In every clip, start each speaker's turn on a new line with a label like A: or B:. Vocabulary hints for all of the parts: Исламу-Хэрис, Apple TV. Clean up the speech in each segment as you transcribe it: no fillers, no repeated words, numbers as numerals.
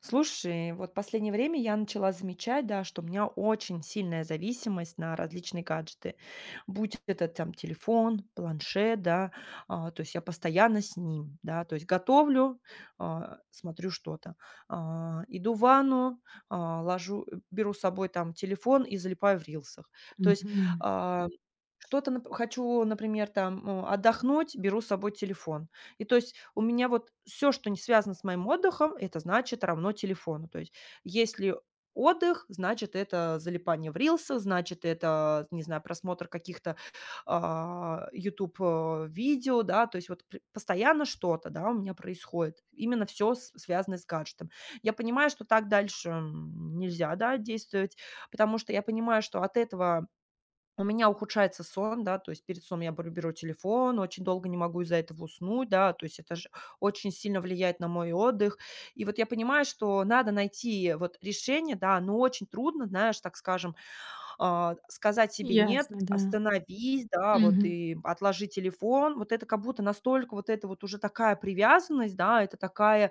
A: Слушай, вот последнее время я начала замечать, да, что у меня очень сильная зависимость на различные гаджеты. Будь это там телефон, планшет, да, то есть я постоянно с ним, да, то есть готовлю, смотрю что-то, иду в ванну, беру с собой там телефон и залипаю в рилсах. То есть
B: Мгм.
A: а, хочу, например, там отдохнуть, беру с собой телефон. И то есть у меня вот все, что не связано с моим отдыхом, это значит равно телефону. То есть если отдых, значит, это залипание в рилсах, значит, это, не знаю, просмотр каких-то, "Ютуб", видео, да. То есть вот пр постоянно что-то, да, у меня происходит. Именно все связано с гаджетом. Я понимаю, что так дальше, нельзя, да, действовать, потому что я понимаю, что от этого у меня ухудшается сон, да, то есть перед сном я беру телефон, очень долго не могу из-за этого уснуть, да, то есть это же очень сильно влияет на мой отдых. И вот я понимаю, что надо найти вот решение, да, но очень трудно, знаешь, так скажем, сказать себе нет,
B: Ясно, да.
A: остановись, да, вот
B: Мгм.
A: и отложи телефон. Вот это как будто настолько вот это вот уже такая привязанность, да, это такая,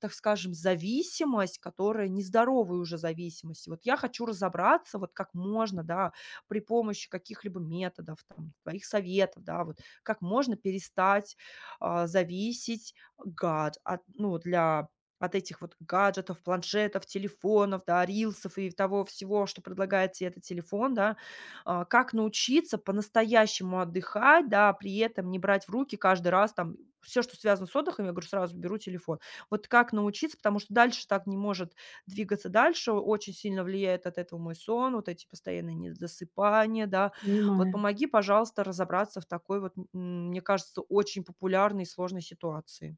A: так скажем, зависимость, которая нездоровая уже зависимость. И вот я хочу разобраться, вот как можно, да, при помощи каких-либо методов, там, твоих советов, да, вот как можно перестать зависеть гад от, ну, для от этих вот гаджетов, планшетов, телефонов, да, рилсов и того всего, что предлагает тебе этот телефон, да, как научиться по-настоящему отдыхать, да, при этом не брать в руки каждый раз там все, что связано с отдыхом, я говорю, сразу беру телефон. Вот как научиться, потому что дальше так не может двигаться дальше. Очень сильно влияет от этого мой сон, вот эти постоянные недосыпания, да. Вот
B: Понимаю.
A: помоги, пожалуйста, разобраться в такой вот, мне кажется, очень популярной и сложной ситуации.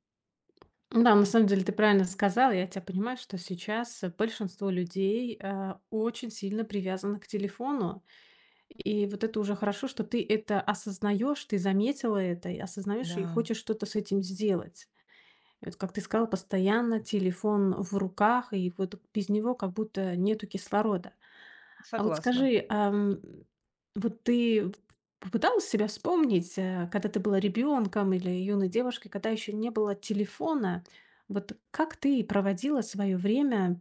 B: Ну да, на самом деле ты правильно сказала, я тебя понимаю, что сейчас большинство людей очень сильно привязано к телефону. И вот это уже хорошо, что ты это осознаешь, ты заметила это, и осознаешь и
A: Да,
B: хочешь что-то с этим сделать. И вот, как ты сказала, постоянно телефон в руках, и вот без него как будто нету кислорода. А вот
A: согласна.
B: скажи, вот ты п попыталась себя вспомнить, когда ты была ребенком или юной девушкой, когда еще не было телефона? Вот как ты проводила свое время,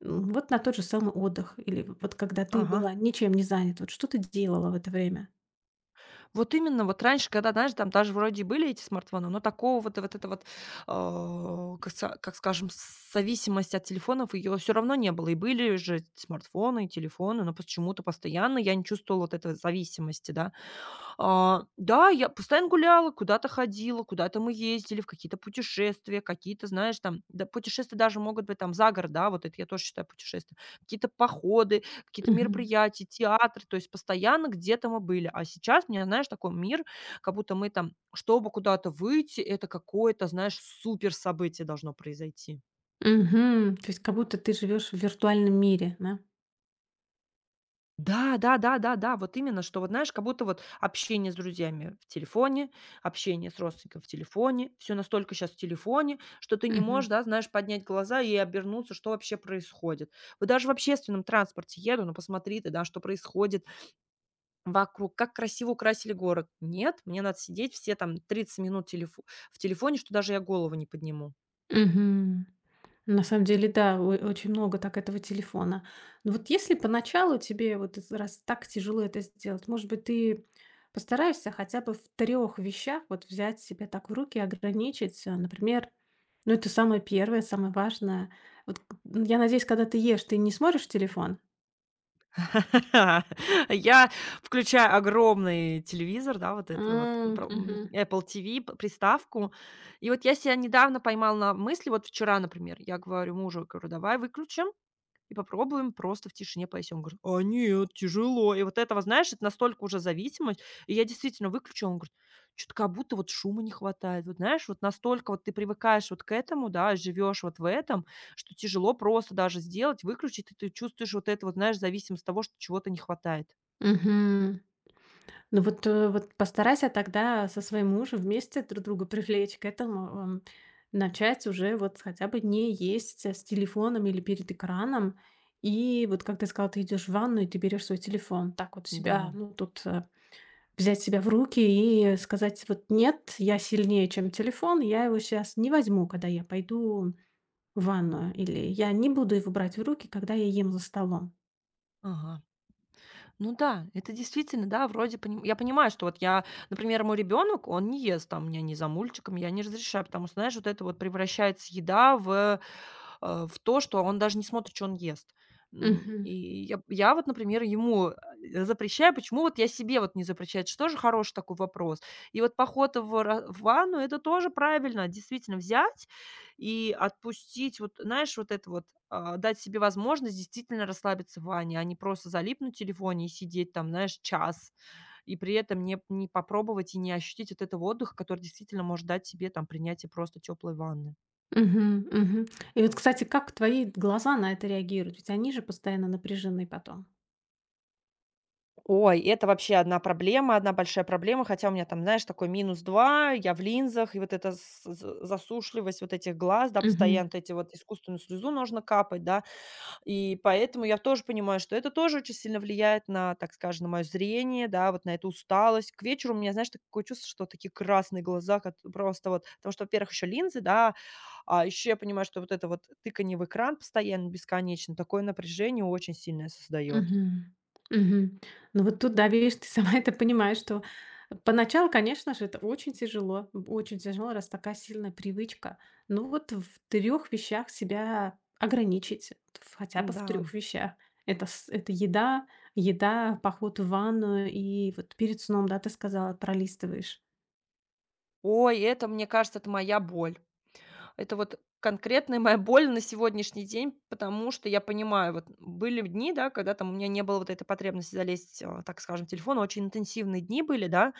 B: вот на тот же самый отдых или вот когда ты
A: Ага.
B: была ничем не занята? Вот что ты делала в это время?
A: Вот именно, вот раньше, когда, знаешь, там даже вроде были эти смартфоны, но такого вот, вот это вот, как, как скажем, зависимость от телефонов, ее все равно не было. И были же смартфоны, и телефоны, но почему-то постоянно я не чувствовала вот этой вот зависимости, да. Да, я постоянно гуляла, куда-то ходила, куда-то мы ездили, в какие-то путешествия, какие-то, знаешь, там, да, путешествия даже могут быть там за город, да, вот это я тоже считаю путешествием, какие-то походы, какие-то
B: Мгм.
A: мероприятия, театры, то есть постоянно где-то мы были. А сейчас, мне, знаешь, такой мир, как будто мы там, чтобы куда-то выйти, это какое-то, знаешь, супер событие должно произойти.
B: Мгм. То есть как будто ты живешь в виртуальном мире, да?
A: Да, да, да, да, да, вот именно, что вот знаешь, как будто вот общение с друзьями в телефоне, общение с родственником в телефоне, все настолько сейчас в телефоне, что ты не
B: Мгм.
A: можешь, да, знаешь, поднять глаза и обернуться, что вообще происходит. Вот даже в общественном транспорте еду, ну, посмотри ты, да, что происходит вокруг, как красиво украсили город. Нет, мне надо сидеть все там 30 минут телефо в телефоне, что даже я голову не подниму.
B: Мгм. На самом деле, да, о очень много так этого телефона. Но вот если поначалу тебе вот из раз так тяжело это сделать, может быть, ты постараешься хотя бы в трех вещах вот взять себя так в руки, ограничить, например, ну, это самое первое самое важное. Вот к Я надеюсь, когда ты ешь, ты не смотришь телефон?
A: Я включаю огромный телевизор, да, вот это вот,
B: М, мгм,
A: Apple TV, п приставку. И вот я себя недавно поймала на мысли, вот вчера, например, я говорю мужу, говорю: "Давай выключим". И попробуем просто в тишине поесть". Он говорит: "А нет, тяжело". И вот этого, знаешь, это настолько уже зависимость. И я действительно выключила, он говорит: что то как будто вот шума не хватает". Вот знаешь, вот настолько вот ты привыкаешь вот к этому, да, живешь вот в этом, что тяжело просто даже сделать, выключить, и ты чувствуешь вот это вот, знаешь, зависимость от того, что чего-то не хватает.
B: мгм. Ну вот, вот постарайся тогда со своим мужем вместе друг друга привлечь к этому, начать уже вот хотя бы не есть с телефоном или перед экраном. И вот как ты сказала, ты идешь в ванну и ты берешь свой телефон. Так вот себя,
A: Да.
B: ну тут взять себя в руки и сказать, вот нет, я сильнее, чем телефон, я его сейчас не возьму, когда я пойду в ванную, или я не буду его брать в руки, когда я ем за столом.
A: Ага. Ну да, это действительно, да, вроде поним я понимаю, что вот я, например, мой ребенок, он не ест там у меня ни за мультиком, я не разрешаю, потому что, знаешь, вот это вот превращается еда в, в то, что он даже не смотрит, что он ест. М,
B: Мгм.
A: и я вот, например, ему, запрещаю. Почему вот я себе вот не запрещаю? Это же тоже хороший такой вопрос. И вот поход в ра в ванну — это тоже правильно. Действительно, взять и отпустить, вот знаешь, вот это вот, дать себе возможность действительно расслабиться в ванне, а не просто залипнуть в телефоне и сидеть там, знаешь, час, и при этом не попробовать и не ощутить вот этого отдыха, который действительно может дать себе там принятие просто теплой ванны.
B: Мгм, мгм. И вот, кстати, как твои глаза на это реагируют? Ведь они же постоянно напряжены потом.
A: Ой, это вообще одна проблема, одна большая проблема, хотя у меня там, знаешь, такой -2, я в линзах, и вот эта с з засушливость вот этих глаз, да,
B: Мгм,
A: постоянно эти вот искусственную слезу нужно капать, да. И поэтому я тоже понимаю, что это тоже очень сильно влияет на, так скажем, на мое зрение, да, вот на эту усталость. К вечеру у меня, знаешь, такое чувство, что такие красные глаза, как просто вот, потому что, во-первых, еще линзы, да, а еще я понимаю, что вот это вот тыканье в экран постоянно, бесконечно, такое напряжение очень сильное создает.
B: мгм, мгм. Ну вот тут, да, видишь, ты сама это понимаешь, что поначалу, конечно же, это очень тяжело, очень тяжело, раз такая сильная привычка. Ну вот в трех вещах себя ограничить, хотя бы в
A: Да.
B: трех вещах. Это, это еда, еда, поход в ванную и вот перед сном, да, ты сказала, пролистываешь.
A: Ой, это, мне кажется, это моя боль. Это вот конкретная моя боль на сегодняшний день, потому что я понимаю, вот были дни, да, когда там у меня не было вот этой потребности залезть, так скажем, в телефон, очень интенсивные дни были, да,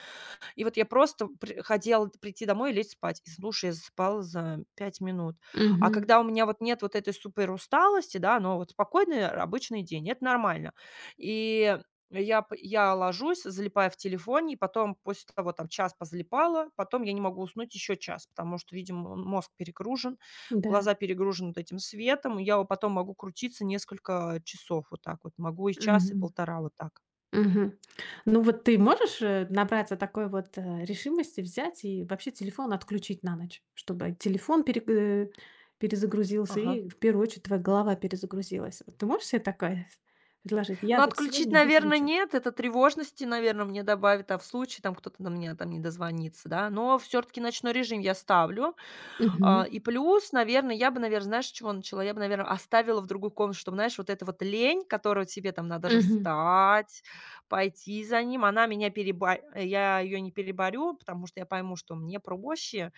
A: и вот я просто при хотела прийти домой и лечь спать. И слушай, я засыпала за 5 минут. А
B: Мгм,
A: когда у меня вот нет вот этой супер усталости, да, но вот обычный день, это нормально. И я ложусь, залипаю в телефоне, и потом после того там час позалипала, потом я не могу уснуть еще час, потому что, видимо, мозг перегружен,
B: да.
A: глаза перегружены вот этим светом. И я вот потом могу крутиться несколько часов вот так вот, могу и час, и
B: Мгм.
A: полтора вот так.
B: Мгм. Ну вот ты можешь, набраться такой вот, решимости взять и вообще телефон отключить на ночь, чтобы телефон перезагрузился
A: Ага.
B: и в первую очередь твоя голова перезагрузилась. Вот ты можешь себе такое предложить? Я
A: Но
B: вот
A: отключить,
B: сегодня
A: наверное,
B: выключу.
A: нет. Это тревожности, наверное, мне добавит, а в случае там кто-то до меня там не дозвонится, да. Но все таки ночной режим я ставлю.
B: Мгм.
A: И плюс, наверное, я бы, наверное, знаешь, с чего начала? Я бы, наверное, оставила в другую комнату, чтобы, знаешь, вот эта вот лень, которую тебе там надо же
B: Мгм.
A: встать, пойти за ним, она меня переба я ее не переборю, потому что я пойму, что мне проще.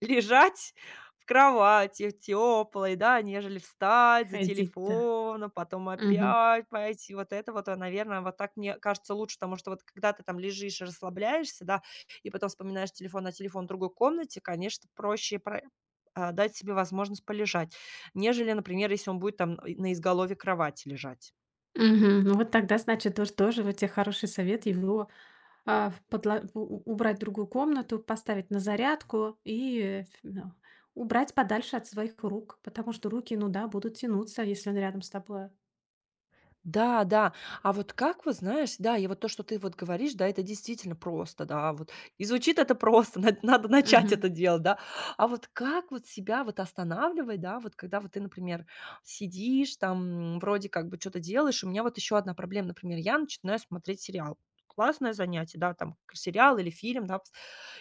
A: Лежать в кровати теплой, да, нежели встать за
B: Ходить, да.
A: телефоном, а потом
B: Мгм.
A: опять пойти. Вот это вот, наверное, вот так мне кажется лучше, потому что вот когда ты там лежишь и расслабляешься, да, и потом вспоминаешь телефон, а телефон в другой комнате, конечно, проще дать себе возможность полежать, нежели, например, если он будет там на изголовье кровати лежать.
B: Мгм. Ну вот тогда, значит, тоже вот те хороший совет. Его в подла у убрать другую комнату, поставить на зарядку и, э, ф ну, убрать подальше от своих рук, потому что руки, ну да, будут тянуться, если он рядом с тобой.
A: Да, да. А вот как вот, знаешь, да, и вот то, что ты вот говоришь, да, это действительно просто, да, вот. И звучит это просто, надо начать
B: Мгм.
A: это делать, да. А вот как вот себя вот останавливать, да, вот когда вот ты, например, сидишь там, вроде как бы что-то делаешь, у меня вот еще одна проблема, например, я начинаю смотреть сериал. Классное занятие, да, там сериал или фильм, да,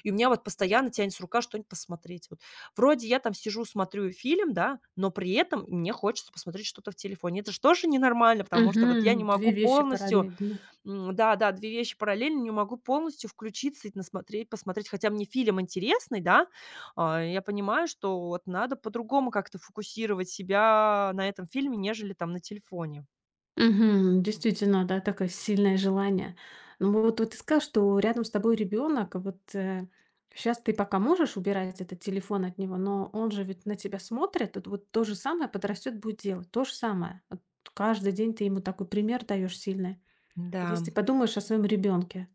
A: и у меня вот постоянно тянется рука что-нибудь посмотреть. Вот вроде я там сижу, смотрю фильм, да, но при этом мне хочется посмотреть что-то в телефоне. Это же тоже ненормально, потому что вот я не
B: Мгм. 2
A: могу
B: вещи
A: полностью,
B: параллельно.
A: да-да, 2 вещи параллельно, не могу полностью включиться и насмотреть, посмотреть. Хотя мне фильм интересный, да, я понимаю, что вот надо по-другому как-то фокусировать себя на этом фильме, нежели там на телефоне.
B: Мгм. Действительно, да, такое сильное желание. Ну вот ты сказал, что рядом с тобой ребенок, вот, сейчас ты пока можешь убирать этот телефон от него, но он же ведь на тебя смотрит. Вот то же самое подрастет, будет делать то же самое. Вот каждый день ты ему такой пример даешь сильный. Вот
A: Да.
B: если ты подумаешь о своем ребенке,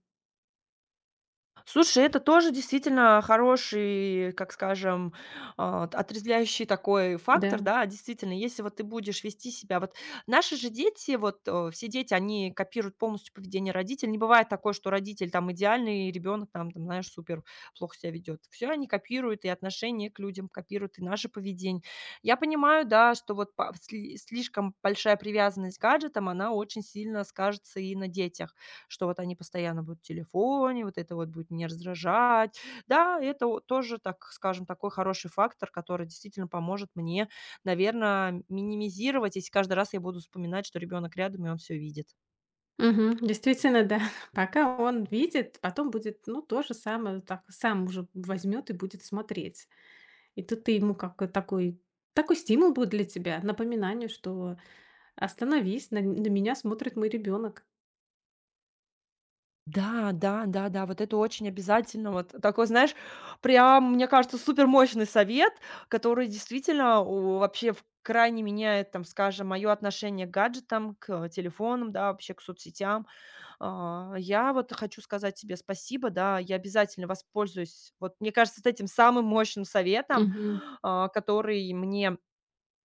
A: Слушай, это тоже действительно хороший, как скажем, отрезвляющий такой фактор,
B: да.
A: да. Действительно, если вот ты будешь вести себя вот наши же дети, вот, все дети, они копируют полностью поведение родителей. Не бывает такое, что родитель там идеальный, и ребенок там, там, знаешь, супер плохо себя ведет. Все, они копируют, и отношение к людям копируют, и наше поведение. Я понимаю, да, что вот па сли слишком большая привязанность к гаджетам, она очень сильно скажется и на детях, что вот они постоянно будут в телефоне, вот это вот будет не раздражать. Да, это о тоже, так скажем, такой хороший фактор, который действительно поможет мне, наверное, минимизировать, если каждый раз я буду вспоминать, что ребенок рядом и он все видит.
B: Мгм. Действительно, да. Пока он видит, потом будет, ну, то же самое, так сам уже возьмет и будет смотреть. И тут ты ему как такой стимул будет для тебя, напоминание, что остановись, на меня смотрит мой ребенок.
A: Да, да, да, да, вот это очень обязательно. Вот такой, знаешь, прям, мне кажется, супер мощный совет, который действительно у вообще в крайне меняет, там, скажем, мое отношение к гаджетам, к телефонам, да, вообще к соцсетям. Я вот хочу сказать тебе спасибо, да, я обязательно воспользуюсь, вот, мне кажется, с этим самым мощным советом, который мне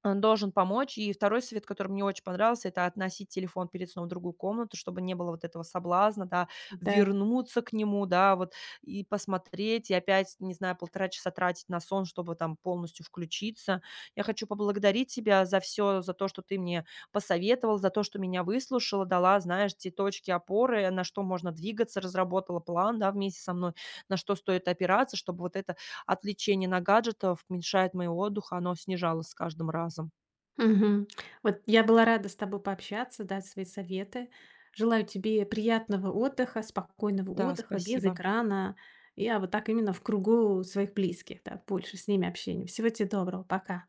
A: он должен помочь. И второй совет, который мне очень понравился — это относить телефон перед сном в другую комнату, чтобы не было вот этого соблазна, да,
B: Да.
A: вернуться к нему, да, вот, и посмотреть, и опять, не знаю, 1,5 часа тратить на сон, чтобы там полностью включиться. Я хочу поблагодарить тебя за все, за то, что ты мне посоветовал, за то, что меня выслушала, дала, знаешь, те точки опоры, на что можно двигаться, разработала план, да, вместе со мной, на что стоит опираться, чтобы вот это отвлечение на гаджетов уменьшает моего отдыха, оно снижалось с каждым разом.
B: Мгм. Вот я была рада с тобой пообщаться, дать свои советы. Желаю тебе приятного отдыха, спокойного
A: Да,
B: отдыха, без
A: спасибо.
B: экрана. Я вот так именно в кругу своих близких, да, больше с ними общения. Всего тебе доброго, пока.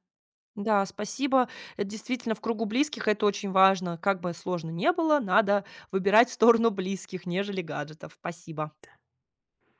A: Да, спасибо. Действительно, в кругу близких это очень важно. Как бы сложно не было, надо выбирать в сторону близких, нежели гаджетов. Спасибо.